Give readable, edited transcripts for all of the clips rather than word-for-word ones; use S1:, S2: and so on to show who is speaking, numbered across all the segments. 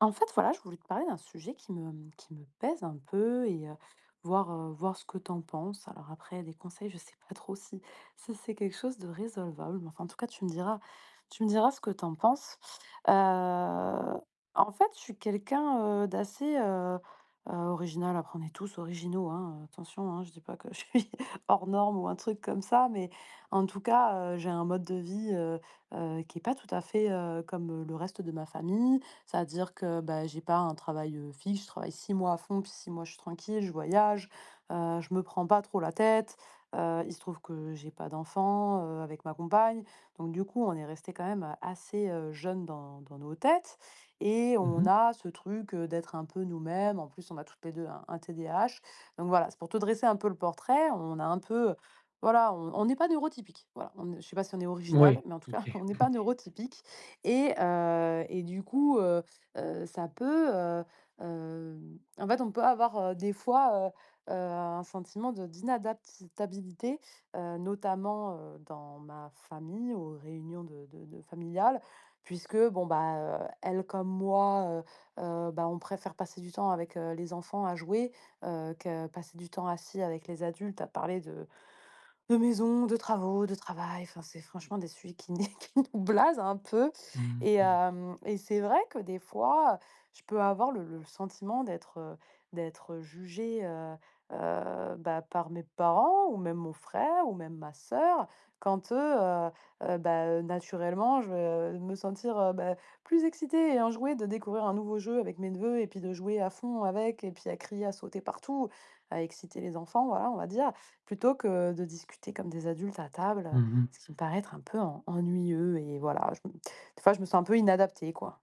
S1: En fait, voilà, je voulais te parler d'un sujet qui me pèse un peu et voir ce que t'en penses. Alors après, des conseils, je sais pas trop si c'est quelque chose de résolvable. Mais enfin, en tout cas, tu me diras ce que t'en penses. Euh, en fait, je suis quelqu'un d'assez original. Après, on est tous originaux, hein, attention, hein, je dis pas que je suis hors norme ou un truc comme ça, mais en tout cas, j'ai un mode de vie qui est pas tout à fait comme le reste de ma famille, c'est-à-dire que, bah, j'ai pas un travail, fixe. Je travaille 6 mois à fond, puis 6 mois je suis tranquille, je voyage, je me prends pas trop la tête. Il se trouve que j'ai pas d'enfant, avec ma compagne, donc du coup, on est resté quand même, assez, jeunes dans nos têtes et
S2: Mmh
S1: on
S2: mh.
S1: a ce truc, d'être un peu nous-mêmes. En plus, on a toutes les 2 un TDAH, donc voilà, c'est pour te dresser un peu le portrait. On a un peu, voilà, on n'est pas neurotypique. Voilà, on je sais pas si on est original,
S2: Ouais,
S1: mais en tout cas, on
S2: OK.
S1: n'est pas neurotypique. Et du coup, heu, ça peut, heu heu, en fait, on peut avoir, des fois, un sentiment de d'inadaptabilité, notamment, dans ma famille, aux réunions de familiales, puisque bon, bah, elles comme moi, bah, on préfère passer du temps avec, les enfants à jouer, que passer du temps assis avec les adultes à parler de maison, de travaux, de travail. Enfin, c'est franchement des sujets qui né qui nous blasent un peu,
S2: Mmh
S1: et
S2: mh.
S1: hem et c'est vrai que des fois, je peux avoir le sentiment d'être jugée, bah, par mes parents ou même mon frère ou même ma sœur, quand eux, bah, naturellement, je vais me sentir, bah, plus excitée et enjouée de découvrir un nouveau jeu avec mes neveux et puis de jouer à fond avec et puis à crier, à sauter partout, à exciter les enfants, voilà, on va dire, plutôt que de discuter comme des adultes à table,
S2: Mmh mh.
S1: ce qui me paraît être un peu en ennuyeux. Et voilà, je me des fois, je me sens un peu inadaptée, quoi.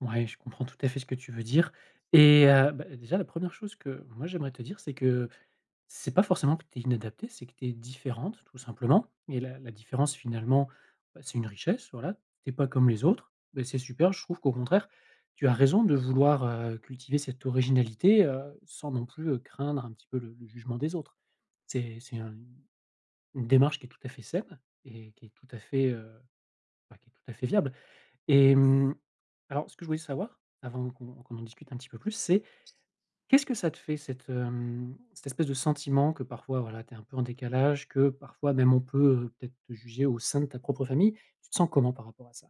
S2: Ouais, je comprends tout à fait ce que tu veux dire, et bah, déjà la première chose que moi j'aimerais te dire, c'est que c'est pas forcément que tu es inadaptée, c'est que tu es différente tout simplement. Et la différence, finalement, bah, c'est une richesse, voilà. Tu es pas comme les autres, beh, c'est super. Je trouve qu'au contraire, tu as raison de vouloir, cultiver cette originalité, sans non plus, craindre un petit peu le jugement des autres. C'est un une démarche qui est tout à fait saine et qui est tout à fait, bah, qui est tout à fait viable. Et mmh, alors ce que je voulais savoir, avant qu'on en discute un petit peu plus, c'est qu'est-ce que ça te fait, cette, cette espèce de sentiment que parfois, voilà, tu es un peu en décalage, que parfois même on peut, peut-être te juger au sein de ta propre famille? Tu te sens comment par rapport à ça?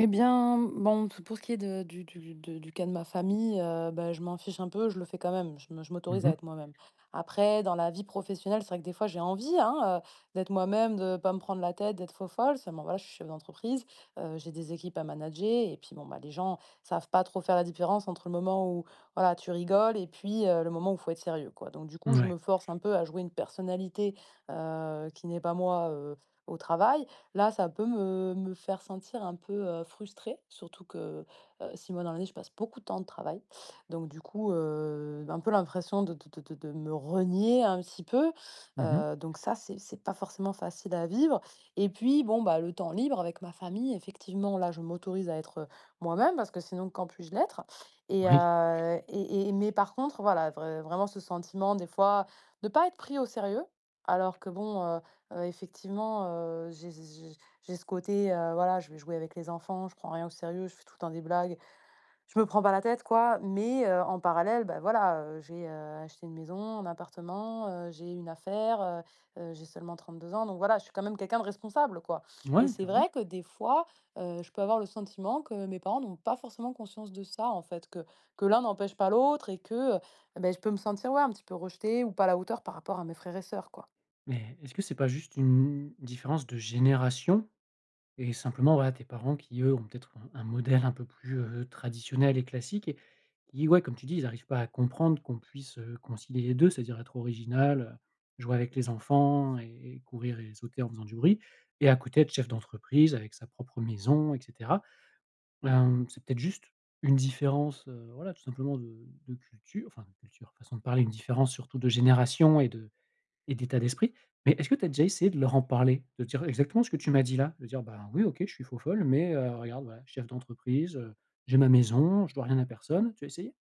S1: Eh bien, bon, p pour ce qui est de du de du cas de ma famille, bah, je m'en fiche un peu, je le fais quand même, je m'autorise à
S2: Mmh.
S1: être moi-même. Après, dans la vie professionnelle, c'est vrai que des fois j'ai envie, hein, d'être moi-même, de pas me prendre la tête, d'être faux folle. Seulement voilà, je suis chef d'entreprise, j'ai des équipes à manager et puis bon, bah, les gens savent pas trop faire la différence entre le moment où, voilà, tu rigoles et puis, le moment où faut être sérieux, quoi. Donc du coup, je
S2: Ouais.
S1: me force un peu à jouer une personnalité, qui n'est pas moi, au travail. Là, ça peut me faire sentir un peu, frustrée, surtout que, 6 mois dans l'année, je passe beaucoup de temps de travail. Donc du coup, un peu l'impression de me renier un petit peu,
S2: Mmh.
S1: donc ça, c'est pas forcément facile à vivre. Et puis, bon, bah, le temps libre avec ma famille, effectivement, là, je m'autorise à être moi-même, parce que sinon, quand puis-je l'être? Et
S2: Oui.
S1: heu et et mais par contre, voilà, vraiment ce sentiment des fois de pas être pris au sérieux, alors que bon, effectivement, j'ai ce côté, voilà, je vais jouer avec les enfants, je prends rien au sérieux, je fais tout le temps des blagues, je me prends pas la tête quoi. Mais, en parallèle, bah, voilà, j'ai, acheté une maison, un appartement, j'ai une affaire, j'ai seulement 32 ans, donc voilà, je suis quand même quelqu'un de responsable quoi. Et
S2: Ouais,
S1: c'est
S2: carrément.
S1: vrai que des fois, je peux avoir le sentiment que mes parents n'ont pas forcément conscience de ça en fait, que l'un n'empêche pas l'autre et que, beh, je peux me sentir, ouais, un petit peu rejetée ou pas à la hauteur par rapport à mes frères et sœurs quoi.
S2: Mais est-ce que c'est pas juste une différence de génération? Et simplement, voilà, tes parents qui, eux, ont peut-être un modèle un peu plus, traditionnel et classique, et qui, ouais, comme tu dis, ils arrivent pas à comprendre qu'on puisse, concilier les deux, c'est-à-dire être original, jouer avec les enfants et courir et sauter en faisant du bruit et à côté être chef d'entreprise avec sa propre maison et cetera. Hem, c'est peut-être juste une différence, voilà, tout simplement de culture, enfin de culture, façon de parler, une différence surtout de génération et de et d'état d'esprit. Mais est-ce que tu as déjà essayé de leur en parler? De dire exactement ce que tu m'as dit là? De dire: «Bah, oui, OK, je suis faux-folle, mais regarde, voilà, chef d'entreprise, j'ai ma maison, je dois rien à personne». Tu as essayé?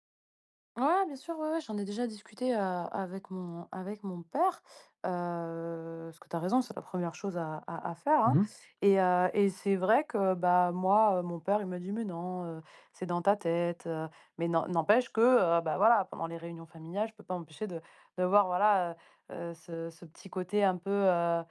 S1: Ouais, bien sûr, ouais, ouais, j'en ai déjà discuté, avec mon père, parce que tu as raison, c'est la première chose à faire,
S2: Mmh
S1: hein.
S2: mh.
S1: Et c'est vrai que, bah, moi, mon père, il m'a dit: «Mais non, c'est dans ta tête,» mais n'empêche que, bah, voilà, pendant les réunions familiales, je peux pas m'empêcher de voir, voilà, ce petit côté un peu,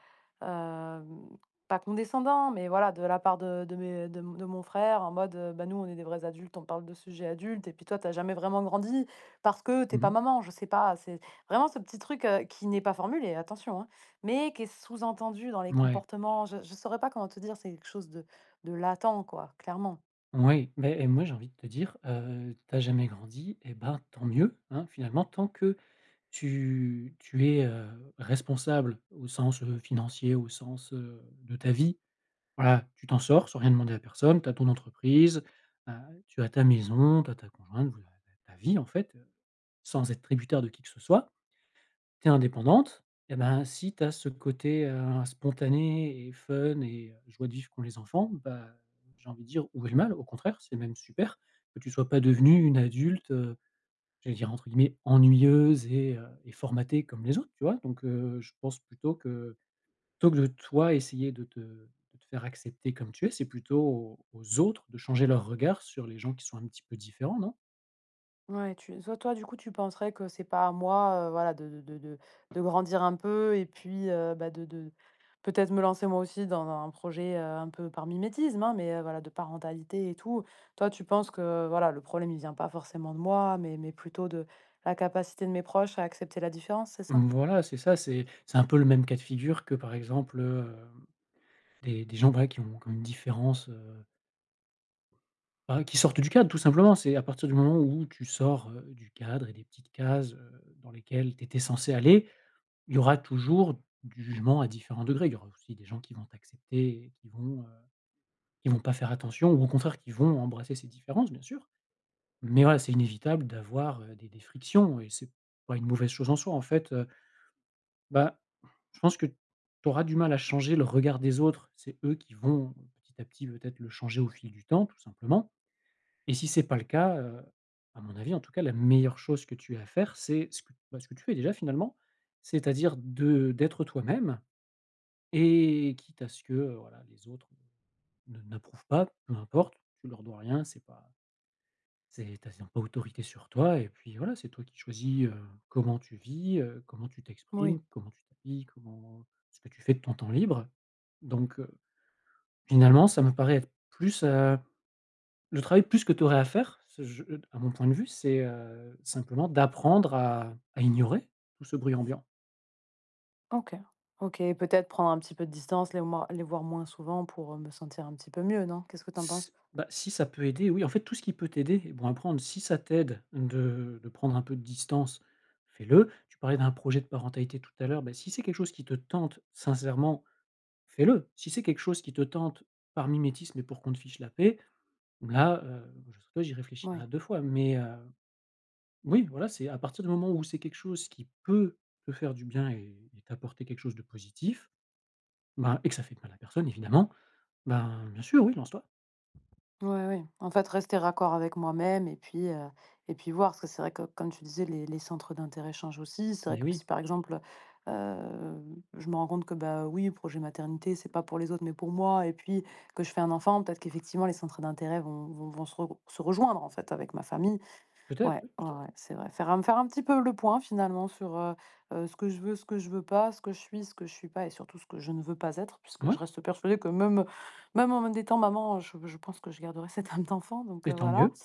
S1: hem, pas condescendant, mais voilà, de la part de mes de mon frère en mode, «Bah, nous, on est des vrais adultes, on parle de sujets adultes et puis toi, t'as jamais vraiment grandi». Parce que t'es pas
S2: Mmh,
S1: maman, je sais pas, c'est vraiment ce petit truc, qui n'est pas formulé, attention, hein, mais qui est sous-entendu dans les comportements. Je saurais pas comment te dire, c'est quelque chose de latent, quoi, clairement.
S2: oui, mais et moi, j'ai envie de te dire, tu jamais grandi et ben, tant mieux, hein, finalement, tant que tu es, responsable au sens, financier, au sens, de ta vie. Voilà, tu t'en sors sans rien demander à personne, tu as ton entreprise, tu as ta maison, tu as ta conjointe, vous avez ta vie en fait, sans être tributaire de qui que ce soit. Tu es indépendante, et ben, si tu as ce côté, spontané et fun et joie de vivre qu'ont les enfants, bah, j'ai envie de dire: «Où est le mal?» Au contraire, c'est même super que tu sois pas devenue une adulte, j'allais dire entre guillemets «ennuyeuse» et formatée comme les autres, tu vois? Donc je pense plutôt que. Plutôt que de toi essayer de te faire accepter comme tu es, c'est plutôt aux autres de changer leur regard sur les gens qui sont un petit peu différents, non?
S1: Ouais, tu soit toi, du coup, tu penserais que c'est pas à moi, voilà, de grandir un peu et puis, bah, de peut-être me lancer moi aussi dans un projet, un peu par mimétisme, hein, mais, voilà, de parentalité et tout. Toi, tu penses que, voilà, le problème, il vient pas forcément de moi, mais plutôt de la capacité de mes proches à accepter la différence, c'est ça?
S2: Mmh, voilà, c'est ça, c'est un peu le même cas de figure que, par exemple, des gens, voilà, qui ont qui une différence, bah, qui sortent du cadre tout simplement. C'est à partir du moment où tu sors, du cadre et des petites cases, dans lesquelles tu étais censé aller, il y aura toujours du jugement à différents degrés. Il y aura aussi des gens qui vont t'accepter et qui vont pas faire attention, ou au contraire qui vont embrasser ces différences, bien sûr. Mais voilà, c'est inévitable d'avoir, des frictions, et c'est pas une mauvaise chose en soi. En fait, bah, je pense que tu auras du mal à changer le regard des autres. C'est eux qui vont petit à petit peut-être le changer au fil du temps, tout simplement, et si c'est pas le cas, à mon avis en tout cas, la meilleure chose que tu as à faire, c'est ce que bah, ce que tu fais déjà finalement, c'est-à-dire de d'être toi-même, et quitte à ce que, voilà, les autres ne n'approuvent pas, peu importe, tu leur dois rien, c'est pas. C'est t'as as pas autorité sur toi, et puis voilà, c'est toi qui choisis, comment tu vis, comment tu
S1: Oui.
S2: t'exprimes, comment tu t'habilles, comment ce que tu fais de ton temps libre. Donc, finalement, ça me paraît être plus, le travail plus que tu aurais à faire, ce je à mon point de vue, c'est, simplement d'apprendre à ignorer tout ce bruit ambiant.
S1: OK. OK, et peut-être prendre un petit peu de distance, les moi les voir moins souvent pour, me sentir un petit peu mieux, non? Qu'est-ce que tu en penses?
S2: S bah, si ça peut aider, oui, en fait, tout ce qui peut t'aider, et bon, à prendre. Si ça t'aide de prendre un peu de distance, fais-le. Tu parlais d'un projet de parentalité tout à l'heure, bah, si c'est quelque chose qui te tente sincèrement, fais-le. Si c'est quelque chose qui te tente par mimétisme et pour qu'on te fiche la paix, là, je sais pas, j'y réfléchirai
S1: Oui.
S2: à 2 fois, mais oui, voilà, c'est à partir du moment où c'est quelque chose qui peut te faire du bien et t'apporter quelque chose de positif, ben et que ça fait de mal à personne évidemment, ben, bien sûr, oui, lance-toi.
S1: Oui, oui. En fait, rester raccord avec moi-même et puis voir. Parce que c'est vrai que, comme tu disais, les centres d'intérêt changent aussi. C'est vrai
S2: Mais
S1: que
S2: oui,
S1: si, par exemple, heu je me rends compte que, bah, oui, projet maternité, c'est pas pour les autres, mais pour moi, et puis que je fais un enfant, peut-être qu'effectivement les centres d'intérêt vont se rejoindre, en fait, avec ma famille.
S2: peut-être,
S1: Ouais,
S2: oui.
S1: ouais, ouais, c'est vrai. Faire un petit peu le point finalement sur, ce que je veux, ce que je veux pas, ce que je suis, ce que je suis pas, et surtout ce que je ne veux pas être, puisque je
S2: Mouais.
S1: reste persuadée que même en étant maman, je pense que je garderai cette âme d'enfant donc
S2: Et tant
S1: voilà.
S2: mieux.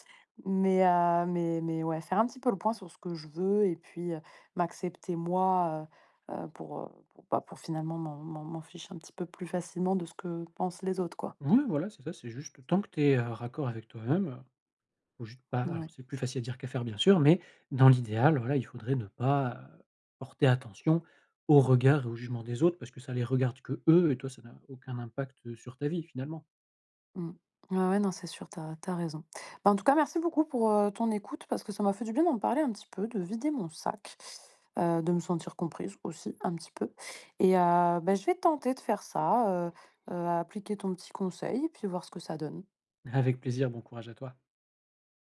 S1: Mais ouais, faire un petit peu le point sur ce que je veux et puis, m'accepter moi, pour finalement m'en fiche un petit peu plus facilement de ce que pensent les autres, quoi.
S2: Ouais, voilà, c'est ça, c'est juste tant que tu es, raccord avec toi-même, faut juste pas, alors
S1: Ouais.
S2: c'est plus facile à dire qu'à faire bien sûr, mais dans l'idéal, voilà, il faudrait ne pas, porter attention au regard et au jugement des autres parce que ça les regarde que eux et toi, ça n'a aucun impact, sur ta vie finalement.
S1: Mmh. Ouais, ouais, non, c'est sûr, t'as raison. Bah, en tout cas, merci beaucoup pour, ton écoute, parce que ça m'a fait du bien d'en parler un petit peu, de vider mon sac, de me sentir comprise aussi un petit peu, et bah, je vais tenter de faire ça, appliquer ton petit conseil et puis voir ce que ça donne.
S2: Avec plaisir, bon courage à toi.